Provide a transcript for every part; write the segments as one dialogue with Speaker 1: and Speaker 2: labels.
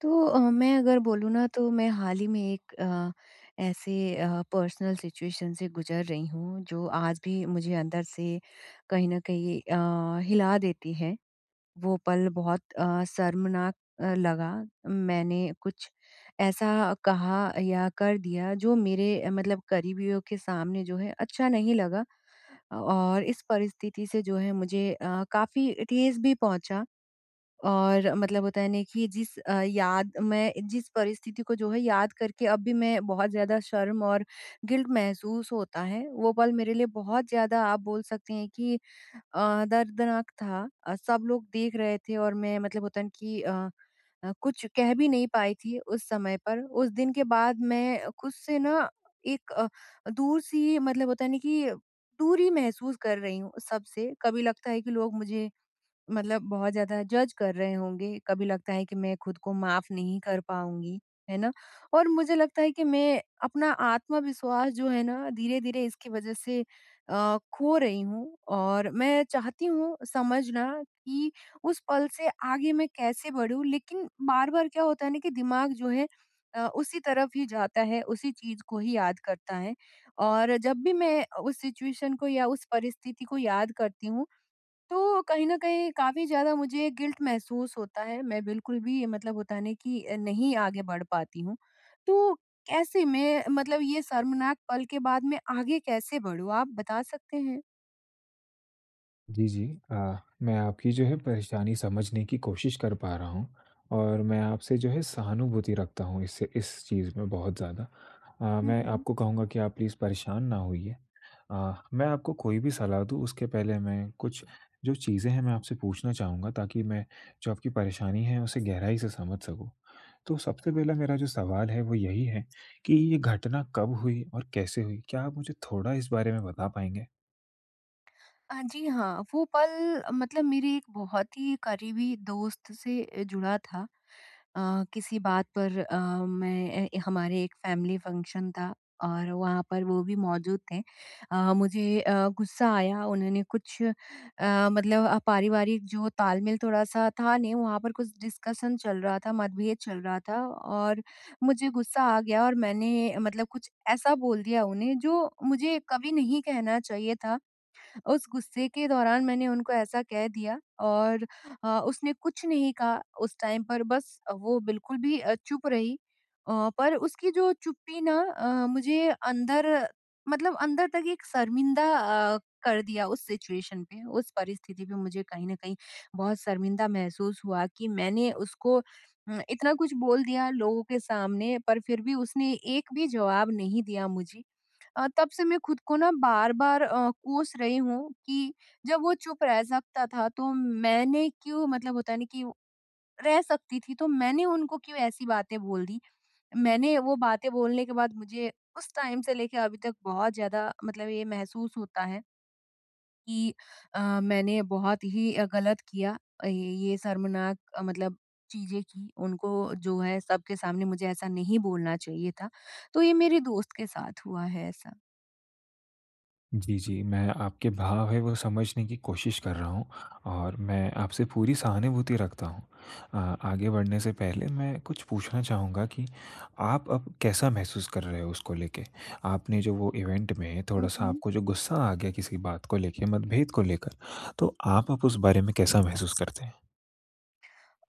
Speaker 1: तो मैं अगर बोलूँ ना तो मैं हाल ही में एक ऐसे पर्सनल सिचुएशन से गुजर रही हूँ जो आज भी मुझे अंदर से कहीं न कहीं हिला देती है। वो पल बहुत शर्मनाक लगा। मैंने कुछ ऐसा कहा या कर दिया जो मेरे मतलब करीबियों के सामने जो है अच्छा नहीं लगा। और इस परिस्थिति से जो है मुझे काफ़ी ठेस भी पहुँचा और मतलब होता है ना कि जिस अ, याद मैं जिस परिस्थिति को जो है याद करके अब भी मैं बहुत ज़्यादा शर्म और गिल्ट महसूस होता है। वो पल मेरे लिए बहुत ज़्यादा आप बोल सकते हैं कि दर्दनाक था। सब लोग देख रहे थे और मैं मतलब होता है ना कि कुछ कह भी नहीं पाई थी उस समय पर। उस दिन के बाद मैं खुद से ना एक दूर सी मतलब होता है ना कि दूरी महसूस कर रही हूँ सबसे। कभी लगता है कि लोग मुझे मतलब बहुत ज़्यादा जज कर रहे होंगे, कभी लगता है कि मैं खुद को माफ़ नहीं कर पाऊँगी, है ना? और मुझे लगता है कि मैं अपना आत्मविश्वास जो है ना धीरे-धीरे इसकी वज़ह से खो रही हूँ और मैं चाहती हूँ समझना कि उस पल से आगे मैं कैसे बढ़ूँ? लेकिन बार-बार क्या होता है ना कि दिमाग जो है उसी तरफ ही जाता है, उसी चीज़ को ही याद करता है और जब भी मैं उस सिचुएशन को या उस परिस्थिति को याद करती हूँ तो कहीं न कहीं काफ़ी ज़्यादा मुझे गिल्ट महसूस होता है। मैं बिल्कुल भी मतलब होता है ना कि नहीं आगे बढ़ पाती हूँ। तो कैसे मैं मतलब ये शर्मनाक पल के बाद मैं आगे कैसे बढ़ूँ? आप बता सकते हैं?
Speaker 2: जी, जी। अ, मैं आपकी जो है परेशानी समझने की कोशिश कर पा रहा हूँ और मैं आपसे जो है सहानुभूति रखता हूँ इससे इस चीज़ में बहुत ज़्यादा।
Speaker 1: हुँ,
Speaker 2: मैं
Speaker 1: हुँ।
Speaker 2: आपको कहूँगा कि आप प्लीज़ परेशान ना होइए। मैं आपको कोई भी सलाह दूँ उसके पहले मैं कुछ जो चीज़ें हैं मैं आपसे पूछना चाहूँगा ताकि मैं जो आपकी परेशानी है उसे गहराई से समझ सकूँ। तो सबसे पहला मेरा जो सवाल है वो यही है कि ये घटना कब हुई और कैसे हुई? क्या आप मुझे थोड़ा इस बारे में बता पाएँगे?
Speaker 1: जी हाँ, वो पल मतलब मेरे एक बहुत ही करीबी दोस्त से जुड़ा था। किसी बात पर हमारे एक फैमिली फंक्शन था और वहाँ पर वो भी मौजूद थे। मुझे गुस्सा आया उन्होंने कुछ मतलब पारिवारिक जो तालमेल थोड़ा-सा था नहीं वहाँ पर कुछ डिस्कशन चल रहा था, मतभेद चल रहा था और मुझे गुस्सा आ गया और मैंने मतलब कुछ ऐसा बोल दिया उन्हें जो मुझे कभी नहीं कहना चाहिए था। उस गुस्से के दौरान मैंने उनको ऐसा कह दिया और उसने कुछ नहीं कहा उस टाइम पर बस वो बिल्कुल भी चुप रही पर उसकी जो चुप्पी ना मुझे अंदर मतलब अंदर तक एक शर्मिंदा कर दिया उस सिचुएशन पे उस परिस्थिति पे मुझे कहीं ना कहीं बहुत शर्मिंदा महसूस हुआ कि मैंने उसको इतना कुछ बोल दिया लोगों के सामने पर फिर भी उसने एक भी जवाब नहीं दिया मुझे तब से मैं खुद को ना बार-बार कोस रही हूँ कि जब वो चुप रह सकता था तो मैंने क्यों मतलब होता है ना कि रह सकती थी तो मैंने उनको क्यों ऐसी बातें बोल दी। मैंने वो बातें बोलने के बाद मुझे उस टाइम से लेके अभी तक बहुत ज़्यादा मतलब ये महसूस होता है कि मैंने बहुत ही गलत किया। ये शर्मनाक मतलब चीज़ें की उनको जो है सबके सामने मुझे ऐसा नहीं बोलना चाहिए था। तो ये मेरे दोस्त के साथ हुआ है ऐसा।
Speaker 2: जी, जी। मैं आपके भाव है वो समझने की कोशिश कर रहा हूँ और मैं आपसे पूरी सहानुभूति रखता हूँ। अ, आगे बढ़ने से पहले मैं कुछ पूछना चाहूँगा कि आप अब कैसा महसूस कर रहे हो उसको लेके? आपने जो वो इवेंट में
Speaker 1: हुँ,
Speaker 2: थोड़ा-सा
Speaker 1: हुँ।
Speaker 2: आपको जो गुस्सा आ गया किसी बात को लेके, मतभेद को लेकर, तो आप अब उस बारे में कैसा महसूस करते हैं?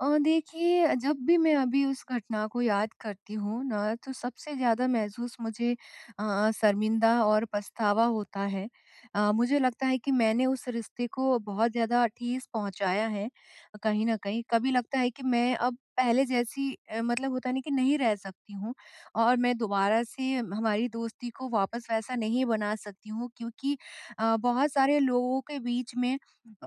Speaker 1: देखिए जब भी मैं अभी उस घटना को याद करती हूँ ना तो सबसे ज़्यादा महसूस मुझे शर्मिंदा और पछतावा होता है। मुझे लगता है कि मैंने उस रिश्ते को बहुत ज़्यादा ठेस पहुँचाया है कहीं न कहीं। कभी लगता है कि मैं अब पहले जैसी मतलब होता है ना कि नहीं रह सकती हूँ और मैं दोबारा से हमारी दोस्ती को वापस वैसा नहीं बना सकती हूँ क्योंकि बहुत सारे लोगों के बीच में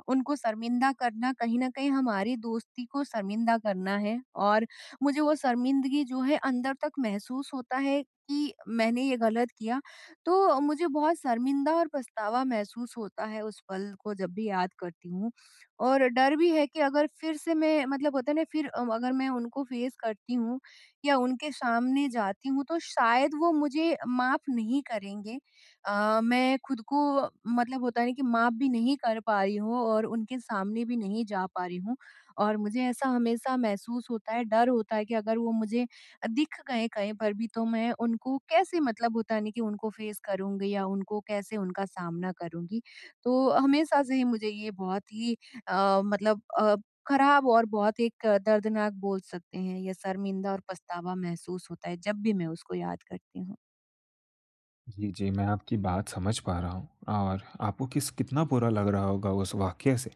Speaker 1: उनको शर्मिंदा करना कहीं न कहीं हमारी दोस्ती को शर्मिंदा करना है और मुझे वो शर्मिंदगी जो है अंदर तक महसूस होता है कि मैंने ये गलत किया, तो मुझे बहुत शर्मिंदा और पछतावा महसूस होता है उस पल को जब भी याद करती हूँ। और डर भी है कि अगर फिर से मैं मतलब होता है ना फिर अगर मैं उनको फेस करती हूँ या उनके सामने जाती हूँ तो शायद वो मुझे माफ़ नहीं करेंगे। मैं खुद को मतलब होता है ना कि माफ़ भी नहीं कर पा रही हूँ और उनके सामने भी नहीं जा पा रही हूँ और मुझे ऐसा हमेशा महसूस होता है, डर होता है कि अगर वो मुझे दिख गए कहीं पर भी तो मैं उनको कैसे मतलब होता है ना कि उनको फ़ेस करूँगी या उनको कैसे उनका सामना करूँगी। तो हमेशा से ही मुझे ये बहुत ही मतलब खराब और बहुत एक दर्दनाक बोल सकते हैं या शर्मिंदा और पछतावा महसूस होता है, जब भी मैं उसको याद करती हूँ।
Speaker 2: जी, जी, मैं आपकी बात समझ पा रहा हूँ और आपको किस कितना बुरा लग रहा होगा उस वाक़ये से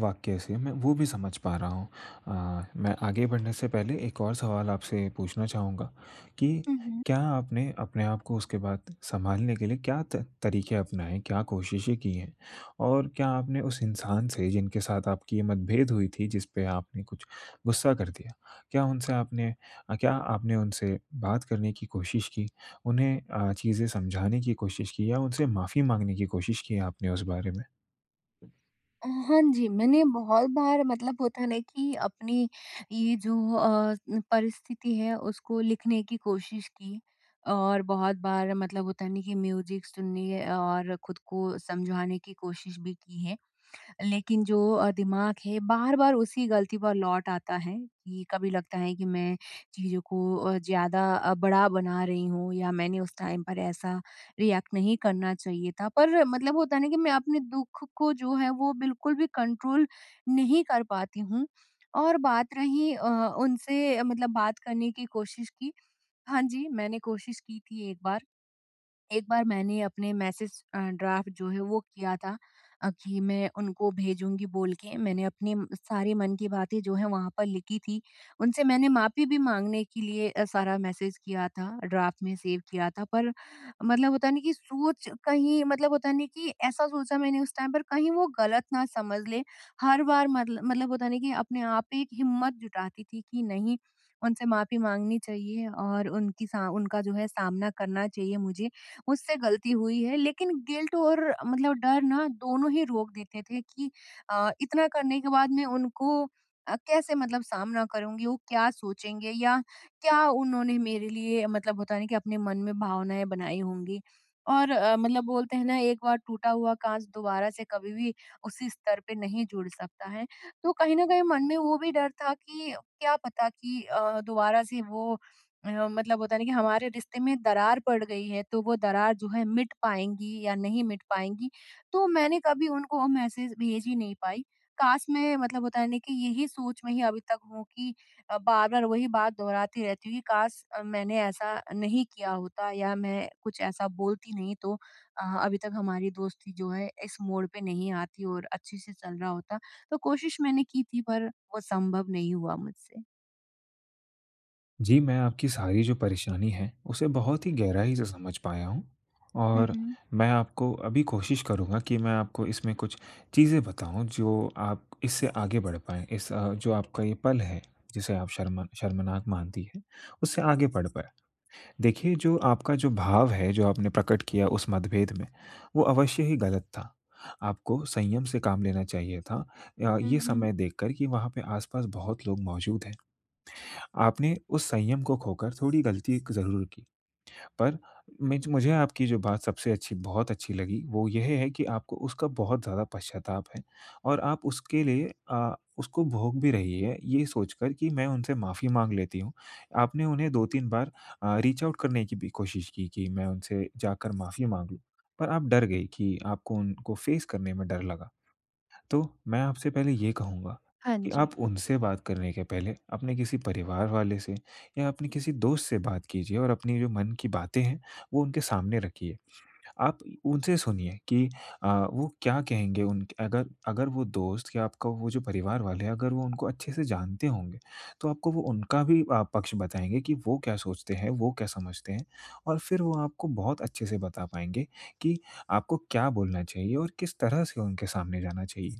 Speaker 2: वाक़ये से मैं वो भी समझ पा रहा हूँ। मैं आगे बढ़ने से पहले एक और सवाल आपसे पूछना चाहूँगा कि
Speaker 1: हुँ, हुँ।
Speaker 2: क्या आपने अपने आप को उसके बाद सँभालने के लिए क्या त तरीके अपनाए, क्या कोशिशें की हैं? और क्या आपने उस इंसान से जिनके साथ आपकी ये मतभेद हुई थी, जिस पे आपने कुछ गुस्सा कर दिया, क्या उनसे आपने क्या आपने उनसे बात करने की कोशिश की? उन्हें चीज़ें समझाने की कोशिश की या उनसे माफ़ी माँगने की कोशिश की आपने उस बारे में?
Speaker 1: हाँ जी, मैंने बहुत बार मतलब होता है ना कि अपनी ये जो परिस्थिति है उसको लिखने की कोशिश की और बहुत बार मतलब होता है ना कि म्यूजिक सुनने और खुद को समझाने की कोशिश भी की है। लेकिन जो दिमाग है बार-बार उसी गलती पर लौट आता है कि कभी लगता है कि मैं चीज़ों को ज़्यादा बड़ा बना रही हूँ या मैंने उस टाइम पर ऐसा रिएक्ट नहीं करना चाहिए था। पर मतलब होता है ना कि मैं अपने दुःख को जो है वो बिल्कुल भी कंट्रोल नहीं कर पाती हूँ। और बात रही उनसे मतलब बात करने की कोशिश की। हाँ जी, मैंने कोशिश की थी एक बार। एक बार मैंने अपने मैसेज ड्राफ्ट जो है वो किया था कि मैं उनको भेजूँगी बोल के मैंने अपने सारे मन की बातें जो है वहाँ पर लिखी थी। उनसे मैंने माफ़ी भी माँगने के लिए सारा मैसेज किया था, ड्राफ्ट में सेव किया था पर मतलब होता है ना कि सोच कहीं मतलब होता है ना कि ऐसा सोचा मैंने उस टाइम पर कहीं वो गलत ना समझ ले। हर बार मतलब होता है ना कि अपने आप पे एक हिम्मत जुटाती थी कि नहीं उनसे माफ़ी माँगनी चाहिए और उनकी सा उनका जो है सामना करना चाहिए मुझे। मुझसे गलती हुई है लेकिन गिल्ट और मतलब डर ना दोनों ही रोक देते थे कि इतना करने के बाद मैं उनको कैसे मतलब सामना करूंगी वो क्या सोचेंगे या क्या उन्होंने मेरे लिए मतलब होता नहीं कि अपने मन में भावनाएं बनाई होंगी और मतलब बोलते हैं ना एक बार टूटा हुआ कांच दोबारा से कभी भी उसी स्तर पे नहीं जुड़ सकता है तो कहीं ना कहीं मन में वो भी डर था कि क्या पता कि दोबारा से वो मतलब होता है ना कि हमारे रिश्ते में दरार पड़ गई है तो वो दरार जो है मिट पाएँगी या नहीं मिट पाएँगी। तो मैंने कभी उनको वो मैसेज भेज ही नहीं पाई। काश मैं मतलब होता है ना कि यही सोच में ही अभी तक हूँ कि बार-बार वही बात दोहराती रहती हूँ कि काश मैंने ऐसा नहीं किया होता या मैं कुछ ऐसा बोलती नहीं तो अभी तक हमारी दोस्ती जो है इस मोड़ पे नहीं आती और अच्छे से चल रहा होता। तो कोशिश मैंने की थी पर वो संभव नहीं हुआ मुझसे।
Speaker 2: जी, मैं आपकी सारी जो परेशानी है, उसे बहुत ही गहराई से समझ पाया हूँ
Speaker 1: हुँ,
Speaker 2: और
Speaker 1: हुँ।
Speaker 2: मैं आपको अभी कोशिश करूँगा कि मैं आपको इसमें कुछ चीज़ें बताऊँ जो आप इससे आगे बढ़ पाएँ। इस जो आपका ये पल है, जिसे आप शर्मा शर्मनाक मानती हैं, उससे आगे बढ़ पाएँ। देखिए, जो आपका जो भाव है, जो आपने प्रकट किया उस मतभेद में, वो अवश्य ही गलत था। आपको संयम से काम लेना चाहिए था
Speaker 1: हुँ,
Speaker 2: ये
Speaker 1: हुँ।
Speaker 2: समय देखकर कि वहाँ पे आस-पास बहुत लोग मौजूद हैं। आपने उस संयम को खोकर थोड़ी गलती क ज़रूर की। पर मिज मुझे आपकी जो बात सबसे अच्छी बहुत अच्छी लगी, वो यह है कि आपको उसका बहुत ज़्यादा पश्चाताप है और आप उसके लिए उसको भोग भी रही है, ये सोचकर कि मैं उनसे माफ़ी माँग लेती हूँ। आपने उन्हें 2-3 बार रीच आउट करने की भी कोशिश की कि मैं उनसे जाकर माफ़ी माँग लूँ, पर आप डर गई कि आपको उनको फ़ेस करने में डर लगा। तो मैं आपसे पहले ये कहूँगा
Speaker 1: हाँ
Speaker 2: कि
Speaker 1: जी।
Speaker 2: आप उनसे बात करने के पहले अपने किसी परिवार वाले से या अपने किसी दोस्त से बात कीजिए और अपनी जो मन की बातें हैं वो उनके सामने रखिए आप उनसे सुनिए कि वो क्या कहेंगे उन अगर अगर वो दोस्त या आपका वो जो परिवार वाले हैं, अगर वो उनको अच्छे से जानते होंगे, तो आपको वो उनका भी पक्ष बताएँगे कि वो क्या सोचते हैं, वो क्या समझते हैं और फिर वो आपको बहुत अच्छे से बता पाएँगे कि आपको क्या बोलना चाहिए और किस तरह से उनके सामने जाना चाहिए।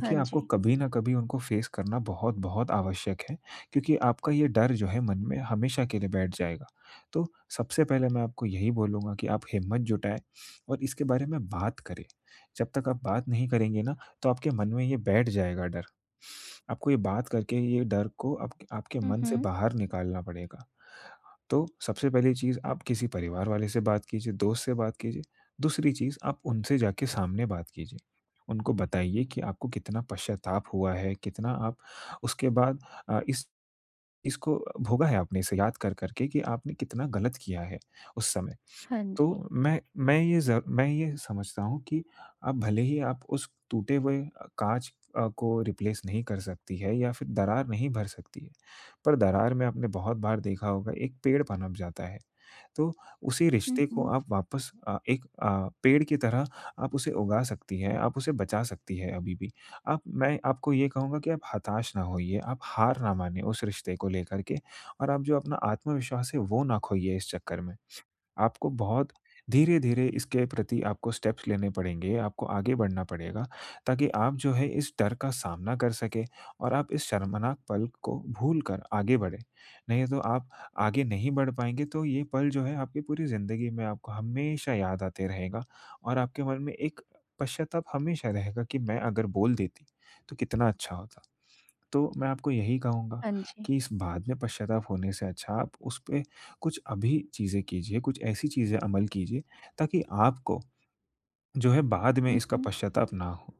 Speaker 1: हाँ
Speaker 2: आपको
Speaker 1: जी।
Speaker 2: कभी न कभी उनको फेस करना बहुत-बहुत आवश्यक है, क्योंकि आपका ये डर जो है मन में हमेशा के लिए बैठ जाएगा। तो सबसे पहले मैं आपको यही बोलूँगा कि आप हिम्मत जुटाएँ और इसके बारे में बात करें। जब तक आप बात नहीं करेंगे ना, तो आपके मन में ये बैठ जाएगा डर। आपको ये बात करके ये डर को आपके आपके
Speaker 1: हुँ,
Speaker 2: मन से
Speaker 1: हुँ।
Speaker 2: बाहर निकालना पड़ेगा। तो सबसे पहली चीज़ आप किसी परिवार वाले से बात कीजिए, दोस्त से बात कीजिए। दूसरी चीज़ आप उनसे जाके सामने बात कीजिए। उनको बताइए कि आपको कितना पश्चाताप हुआ है, कितना आप उसके बाद इस इसको भोगा है आपने, इसे याद कर के कि आपने कितना गलत किया है उस समय।
Speaker 1: हाँ
Speaker 2: तो
Speaker 1: जी।
Speaker 2: मैं मैं ये ज़ मैं ये समझता हूँ कि आप भले ही आप उस टूटे हुए काँच को रिप्लेस नहीं कर सकती है या फिर दरार नहीं भर सकती है। पर दरार में आपने बहुत बार देखा होगा एक पेड़ पनप जाता है। तो उसी
Speaker 1: हुँ,
Speaker 2: रिश्ते को
Speaker 1: हुँ।
Speaker 2: आप वापस एक पेड़ की तरह आप उसे उगा सकती हैं, आप उसे बचा सकती हैं अभी भी। आप मैं आपको ये कहूँगा कि आप हताश ना होइए, आप हार ना मानिए उस रिश्ते को लेकर के और आप जो अपना आत्मविश्वास है वो ना खोइए इस चक्कर में। आपको बहुत धीरे-धीरे इसके प्रति आपको स्टेप्स लेने पड़ेंगे, आपको आगे बढ़ना पड़ेगा, ताकि आप जो है इस डर का सामना कर सकें और आप इस शर्मनाक पल को भूल कर आगे बढ़ें। नहीं तो आप आगे नहीं बढ़ पाएँगे तो ये पल जो है आपकी पूरी ज़िंदगी में आपको हमेशा याद आते रहेगा और आपके मन में एक पश्चाताप हमेशा रहेगा कि मैं अगर बोल देती, तो कितना अच्छा होता। तो मैं आपको यही कहूँगा
Speaker 1: हाँ जी।
Speaker 2: कि इस बाद में पश्चाताप होने से अच्छा आप उस पे कुछ अभी चीज़ें कीजिए, कुछ ऐसी चीज़ें अमल कीजिए ताकि आपको जो है बाद में
Speaker 1: हुँ,
Speaker 2: इसका
Speaker 1: हुँ।
Speaker 2: पश्चाताप ना हो।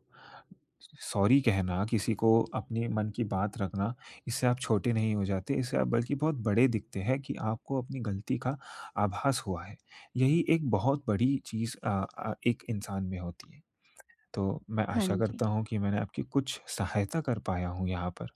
Speaker 2: सॉरी कहना, किसी को अपने मन की बात रखना, इससे आप छोटे नहीं हो जाते, इससे आप बल्कि बहुत बड़े दिखते हैं कि आपको अपनी गलती का आभास हुआ है। यही एक बहुत बड़ी चीज़ एक इंसान में होती है। तो मैं
Speaker 1: हाँ
Speaker 2: आशा
Speaker 1: जी।
Speaker 2: करता हूँ कि मैंने आपकी कुछ सहायता कर पाया हूँ यहाँ पर।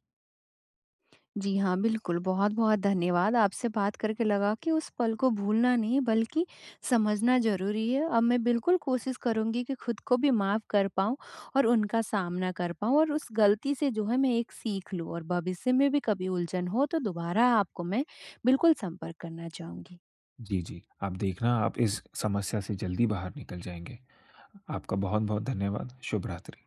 Speaker 1: जी हाँ, बिल्कुल, बहुत-बहुत धन्यवाद। आपसे बात करके लगा कि उस पल को भूलना नहीं बल्कि समझना ज़रूरी है। अब मैं बिल्कुल कोशिश करूँगी कि खुद को भी माफ़ कर पाऊँ और उनका सामना कर पाऊँ और उस गलती से जो है मैं एक सीख लूँ और भविष्य में भी कभी उलझन हो तो दोबारा आपको मैं बिल्कुल संपर्क करना चाहूँगी।
Speaker 2: जी, जी। आप देखना आप इस समस्या से जल्दी बाहर निकल जाएँगे। आपका बहुत-बहुत धन्यवाद। शुभ रात्रि।